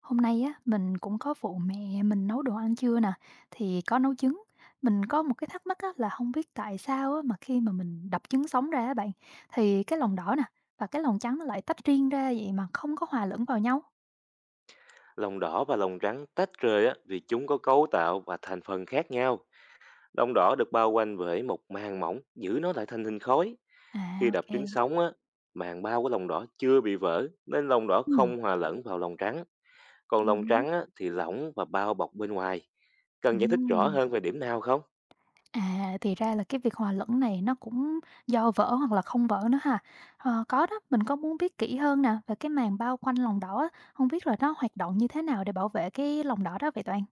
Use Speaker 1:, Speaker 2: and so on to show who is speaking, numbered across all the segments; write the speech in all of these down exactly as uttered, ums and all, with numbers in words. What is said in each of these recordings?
Speaker 1: Hôm nay á, mình cũng có phụ mẹ mình nấu đồ ăn trưa nè, thì có nấu trứng. Mình có một cái thắc mắc á, là không biết tại sao á, mà khi mà mình đập trứng sống ra á bạn, thì cái lòng đỏ nè và cái lòng trắng nó lại tách riêng ra vậy mà không có hòa lẫn vào nhau.
Speaker 2: Lòng đỏ và lòng trắng tách rời á, vì chúng có cấu tạo và thành phần khác nhau. Lòng đỏ được bao quanh bởi một màng mỏng giữ nó lại thành hình khối. Khi
Speaker 1: À,
Speaker 2: đập trứng
Speaker 1: ok.
Speaker 2: sống á, màng bao của lòng đỏ chưa bị vỡ nên lòng đỏ
Speaker 1: Ừm.
Speaker 2: không hòa lẫn vào lòng trắng. Còn lòng
Speaker 1: Hiểu.
Speaker 2: trắng á, thì lỏng và bao bọc bên ngoài. Cần giải thích rõ
Speaker 1: Ừm.
Speaker 2: hơn về điểm nào không?
Speaker 1: À, thì ra là cái việc hòa lẫn này nó cũng do vỡ hoặc là không vỡ nữa ha. Ờ, có đó, mình có muốn biết kỹ hơn nè về cái màng bao quanh lòng đỏ, á, không biết là nó hoạt động như thế nào để bảo vệ cái lòng đỏ đó vậy toàn.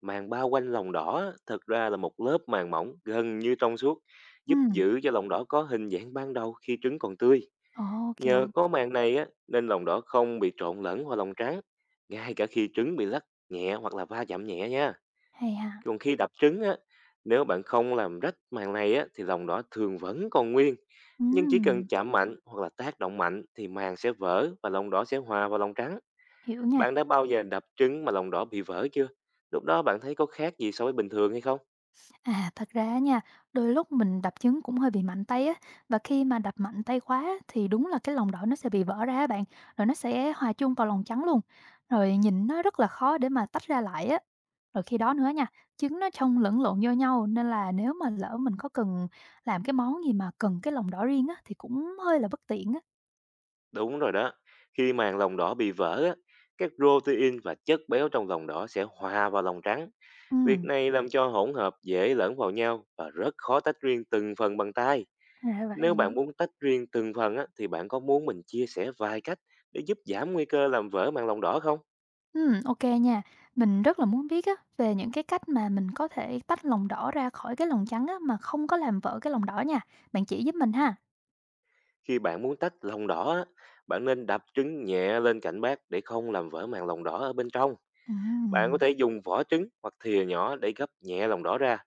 Speaker 2: Màng bao quanh lòng đỏ á, thật ra là một lớp màng mỏng gần như trong suốt,
Speaker 1: Ừ.
Speaker 2: giúp giữ cho lòng đỏ có hình dạng ban đầu khi trứng còn tươi.
Speaker 1: Ok,
Speaker 2: Nhờ có màng này á, nên lòng đỏ không bị trộn lẫn vào lòng trắng, ngay cả khi trứng bị lắc nhẹ hoặc là va chạm nhẹ nha.
Speaker 1: hay ha.
Speaker 2: Còn khi đập trứng á, nếu bạn không làm rách màng này á, thì lòng đỏ thường vẫn còn nguyên. Nhưng chỉ cần
Speaker 1: Ừm,
Speaker 2: chạm mạnh hoặc là tác động mạnh thì màng sẽ vỡ và lòng đỏ sẽ hòa vào lòng trắng.
Speaker 1: hiểu nha.
Speaker 2: Bạn đã bao giờ đập trứng mà lòng đỏ bị vỡ chưa? Lúc đó bạn thấy có khác gì so với bình thường hay không?
Speaker 1: À, thật ra nha, đôi lúc mình đập trứng cũng hơi bị mạnh tay á, và khi mà đập mạnh tay quá thì đúng là cái lòng đỏ nó sẽ bị vỡ ra á bạn, rồi nó sẽ hòa chung vào lòng trắng luôn, rồi nhìn nó rất là khó để mà tách ra lại á. Rồi khi đó nữa nha, trứng nó trông lẫn lộn vô nhau, nên là nếu mà lỡ mình có cần làm cái món gì mà cần cái lòng đỏ riêng á, thì cũng hơi là bất tiện á.
Speaker 2: Đúng rồi đó. Khi màng lòng đỏ bị vỡ á, các pờ rô tê in và chất béo trong lòng đỏ sẽ hòa vào lòng trắng. Việc
Speaker 1: Ừm,
Speaker 2: này làm cho hỗn hợp dễ lẫn vào nhau và rất khó tách riêng từng phần bằng tay.
Speaker 1: ra
Speaker 2: Nếu
Speaker 1: vậy.
Speaker 2: bạn muốn tách riêng từng phần á, thì bạn có muốn mình chia sẻ vài cách để giúp giảm nguy cơ làm vỡ màng lòng đỏ không?
Speaker 1: Ừm, ok nha. Mình rất là muốn biết á, về những cái cách mà mình có thể tách lòng đỏ ra khỏi cái lòng trắng á, mà không có làm vỡ cái lòng đỏ nha. Bạn chỉ giúp mình ha.
Speaker 2: Khi bạn muốn tách lòng đỏ, á, bạn nên đập trứng nhẹ lên cạnh bát để không làm vỡ màng lòng đỏ ở bên trong. Bạn có
Speaker 1: Ừm.
Speaker 2: thể dùng vỏ trứng hoặc thìa nhỏ để gấp nhẹ lòng đỏ ra.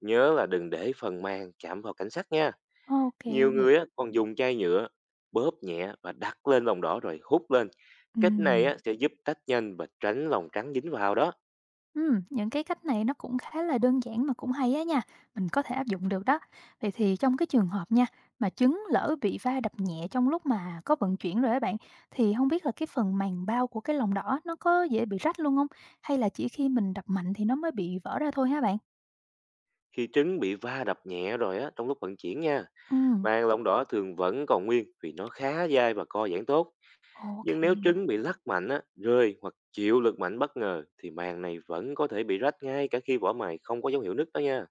Speaker 2: Nhớ là đừng để phần màng chạm vào cảnh sát nha.
Speaker 1: Ok.
Speaker 2: Nhiều người á, còn dùng chai nhựa bóp nhẹ và đặt lên lòng đỏ rồi hút lên. Cách này
Speaker 1: Ừm.
Speaker 2: á, sẽ giúp tách nhanh và tránh lòng trắng dính vào đó.
Speaker 1: Ừm, những cái cách này nó cũng khá là đơn giản mà cũng hay á nha, mình có thể áp dụng được đó. Vậy thì trong cái trường hợp nha, mà trứng lỡ bị va đập nhẹ trong lúc mà có vận chuyển rồi á bạn, thì không biết là cái phần màng bao của cái lòng đỏ nó có dễ bị rách luôn không? Hay là chỉ khi mình đập mạnh thì nó mới bị vỡ ra thôi hả bạn?
Speaker 2: Khi trứng bị va đập nhẹ rồi á, trong lúc vận chuyển nha,
Speaker 1: Ừm,
Speaker 2: màng lòng đỏ thường vẫn còn nguyên vì nó khá dai và co giãn tốt.
Speaker 1: ok.
Speaker 2: Nhưng nếu trứng bị lắc mạnh, á, rơi hoặc chịu lực mạnh bất ngờ thì màng này vẫn có thể bị rách ngay cả khi vỏ mài không có dấu hiệu nứt đó nha.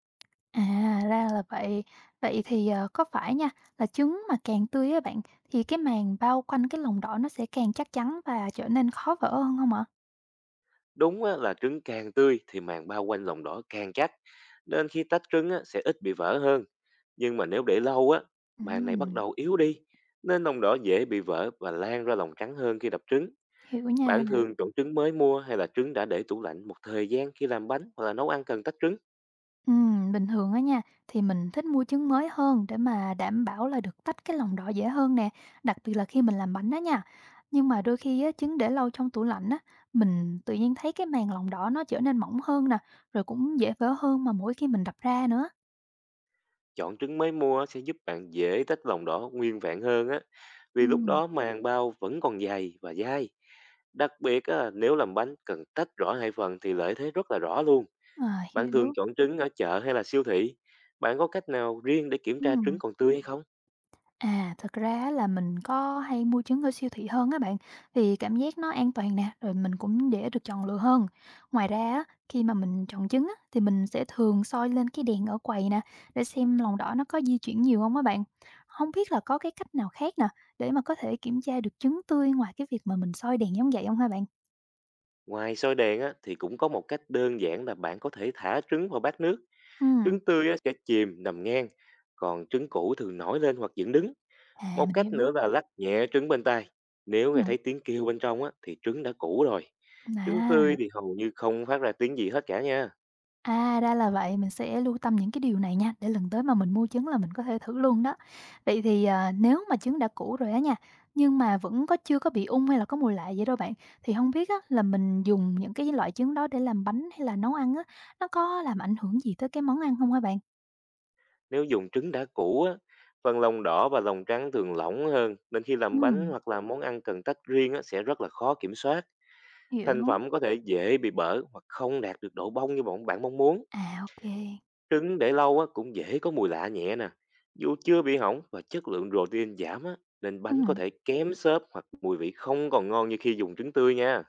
Speaker 1: À, ra là vậy. Vậy thì, ờ, có phải nha, là trứng mà càng tươi á bạn, thì cái màng bao quanh cái lòng đỏ nó sẽ càng chắc chắn và trở nên khó vỡ hơn không ạ?
Speaker 2: Đúng á, là trứng càng tươi thì màng bao quanh lòng đỏ càng chắc, nên khi tách trứng á, sẽ ít bị vỡ hơn. Nhưng mà nếu để lâu á, màng này bắt
Speaker 1: Ừm,
Speaker 2: đầu yếu đi, nên lòng đỏ dễ bị vỡ và lan ra lòng trắng hơn khi đập trứng.
Speaker 1: hiểu nha.
Speaker 2: Bạn thường chọn trứng mới mua hay là trứng đã để tủ lạnh một thời gian khi làm bánh hoặc là nấu ăn cần tách trứng.
Speaker 1: Ừm, bình thường á nha, thì mình thích mua trứng mới hơn để mà đảm bảo là được tách cái lòng đỏ dễ hơn nè, đặc biệt là khi mình làm bánh đó nha. Nhưng mà đôi khi á, trứng để lâu trong tủ lạnh á, mình tự nhiên thấy cái màng lòng đỏ nó trở nên mỏng hơn nè, rồi cũng dễ vỡ hơn mà mỗi khi mình đập ra nữa.
Speaker 2: Chọn trứng mới mua sẽ giúp bạn dễ tách lòng đỏ nguyên vẹn hơn á, vì lúc
Speaker 1: Ừm,
Speaker 2: đó màng bao vẫn còn dày và dai. Đặc biệt á, nếu làm bánh cần tách rõ hai phần thì lợi thế rất là rõ luôn.
Speaker 1: ờ,
Speaker 2: Bạn thường
Speaker 1: hiểu.
Speaker 2: chọn trứng ở chợ hay là siêu thị? Bạn có cách nào riêng để kiểm tra trứng
Speaker 1: Ừm.
Speaker 2: còn tươi hay không?
Speaker 1: À, thật ra á là mình có hay mua trứng ở siêu thị hơn á bạn, vì cảm giác nó an toàn nè, rồi mình cũng dễ được chọn lựa hơn. Ngoài ra á, khi mà mình chọn trứng á, thì mình sẽ thường soi lên cái đèn ở quầy nè, để xem lòng đỏ nó có di chuyển nhiều không á bạn. Không biết là có cái cách nào khác nè, để mà có thể kiểm tra được trứng tươi ngoài cái việc mà mình soi đèn giống vậy không hả bạn?
Speaker 2: Ngoài sôi đèn á, thì cũng có một cách đơn giản là bạn có thể thả trứng vào bát nước.
Speaker 1: Ừm,
Speaker 2: Trứng tươi á, sẽ chìm nằm ngang, còn trứng cũ thường nổi lên hoặc dựng đứng.
Speaker 1: à,
Speaker 2: Một
Speaker 1: mình
Speaker 2: cách
Speaker 1: hiểu.
Speaker 2: nữa là lắc nhẹ trứng bên tai. Nếu nghe
Speaker 1: Ừm,
Speaker 2: thấy tiếng kêu bên trong á, thì trứng đã cũ rồi. Trứng tươi
Speaker 1: à.
Speaker 2: thì hầu như không phát ra tiếng gì hết cả nha.
Speaker 1: À, ra là vậy, mình sẽ lưu tâm những cái điều này nha, để lần tới mà mình mua trứng là mình có thể thử luôn đó. Vậy thì, à, nếu mà trứng đã cũ rồi á nha, nhưng mà vẫn có chưa có bị ung hay là có mùi lạ vậy đâu bạn, thì không biết á là mình dùng những cái loại trứng đó để làm bánh hay là nấu ăn á, nó có làm ảnh hưởng gì tới cái món ăn không hả bạn?
Speaker 2: Nếu dùng trứng đã cũ á, phần lòng đỏ và lòng trắng thường lỏng hơn nên khi làm bánh
Speaker 1: Ừm,
Speaker 2: hoặc là món ăn cần tách riêng á, sẽ rất là khó kiểm soát. Thành
Speaker 1: hiểu.
Speaker 2: phẩm có thể dễ bị bở hoặc không đạt được độ bông như bọn bạn mong muốn.
Speaker 1: À, ok kê.
Speaker 2: Trứng để lâu á cũng dễ có mùi lạ nhẹ nè, dù chưa bị hỏng và chất lượng pờ rô tê in giảm á, nên bánh có thể kém xốp hoặc mùi vị không còn ngon như khi dùng trứng tươi nha.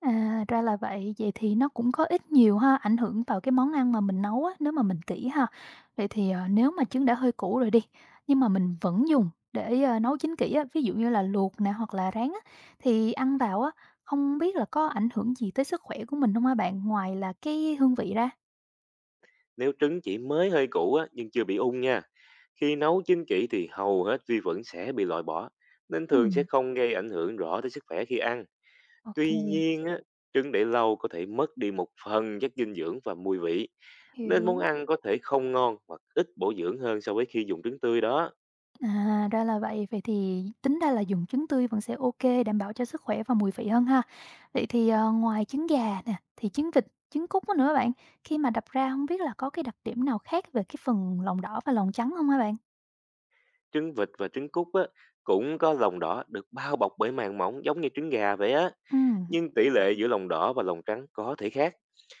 Speaker 1: À, ra là vậy. Vậy thì nó cũng có ít nhiều ha, ảnh hưởng vào cái món ăn mà mình nấu á, nếu mà mình kỹ ha. Vậy thì, ờ, nếu mà trứng đã hơi cũ rồi đi, nhưng mà mình vẫn dùng để, ờ, nấu chín kỹ á, ví dụ như là luộc nè hoặc là rán á, thì ăn vào á, không biết là có ảnh hưởng gì tới sức khỏe của mình không hả bạn? Ngoài là cái hương vị ra.
Speaker 2: Nếu trứng chỉ mới hơi cũ á, nhưng chưa bị ung nha. Khi nấu chín kỹ thì hầu hết vi khuẩn sẽ bị loại bỏ, nên thường sẽ
Speaker 1: Ừm.
Speaker 2: không gây ảnh hưởng rõ tới sức khỏe khi ăn.
Speaker 1: Ô.
Speaker 2: Tuy nhiên á, trứng để lâu có thể mất đi một phần chất dinh dưỡng và mùi vị, nên
Speaker 1: Hiểu.
Speaker 2: món ăn có thể không ngon hoặc ít bổ dưỡng hơn so với khi dùng trứng tươi đó.
Speaker 1: À, ra là vậy. Vậy thì tính ra là dùng trứng tươi vẫn sẽ ok, đảm bảo cho sức khỏe và mùi vị hơn ha. Vậy thì, ờ, ngoài trứng gà nè, thì trứng vịt, trứng cút nữa bạn, khi mà đập ra không biết là có cái đặc điểm nào khác về cái phần lòng đỏ và lòng trắng không hả bạn?
Speaker 2: Trứng vịt và trứng cút á, cũng có lòng đỏ được bao bọc bởi màng mỏng giống như trứng gà vậy á.
Speaker 1: Ừm,
Speaker 2: Nhưng tỷ lệ giữa lòng đỏ và lòng trắng có thể khác.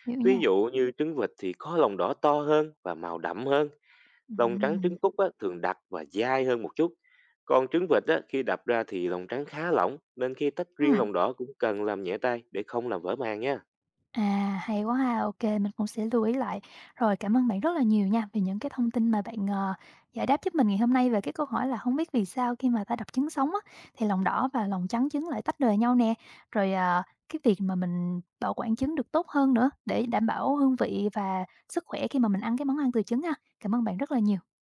Speaker 1: hiểu
Speaker 2: Ví
Speaker 1: nha.
Speaker 2: dụ như trứng vịt thì có lòng đỏ to hơn và màu đậm hơn. Lòng trắng
Speaker 1: Ừm,
Speaker 2: trứng cút á, thường đặc và dai hơn một chút. Còn trứng vịt á, khi đập ra thì lòng trắng khá lỏng, nên khi tách riêng
Speaker 1: ừm.
Speaker 2: lòng đỏ cũng cần làm nhẹ tay để không làm vỡ màng nha.
Speaker 1: À, hay quá ha, ok mình cũng sẽ lưu ý lại. Rồi, cảm ơn bạn rất là nhiều nha, vì những cái thông tin mà bạn, ờ, giải đáp giúp mình ngày hôm nay về cái câu hỏi là không biết vì sao khi mà ta đọc trứng sống á, thì lòng đỏ và lòng trắng trứng lại tách rời nhau nè. Rồi, ờ, cái việc mà mình bảo quản trứng được tốt hơn nữa để đảm bảo hương vị và sức khỏe khi mà mình ăn cái món ăn từ trứng ha. Cảm ơn bạn rất là nhiều.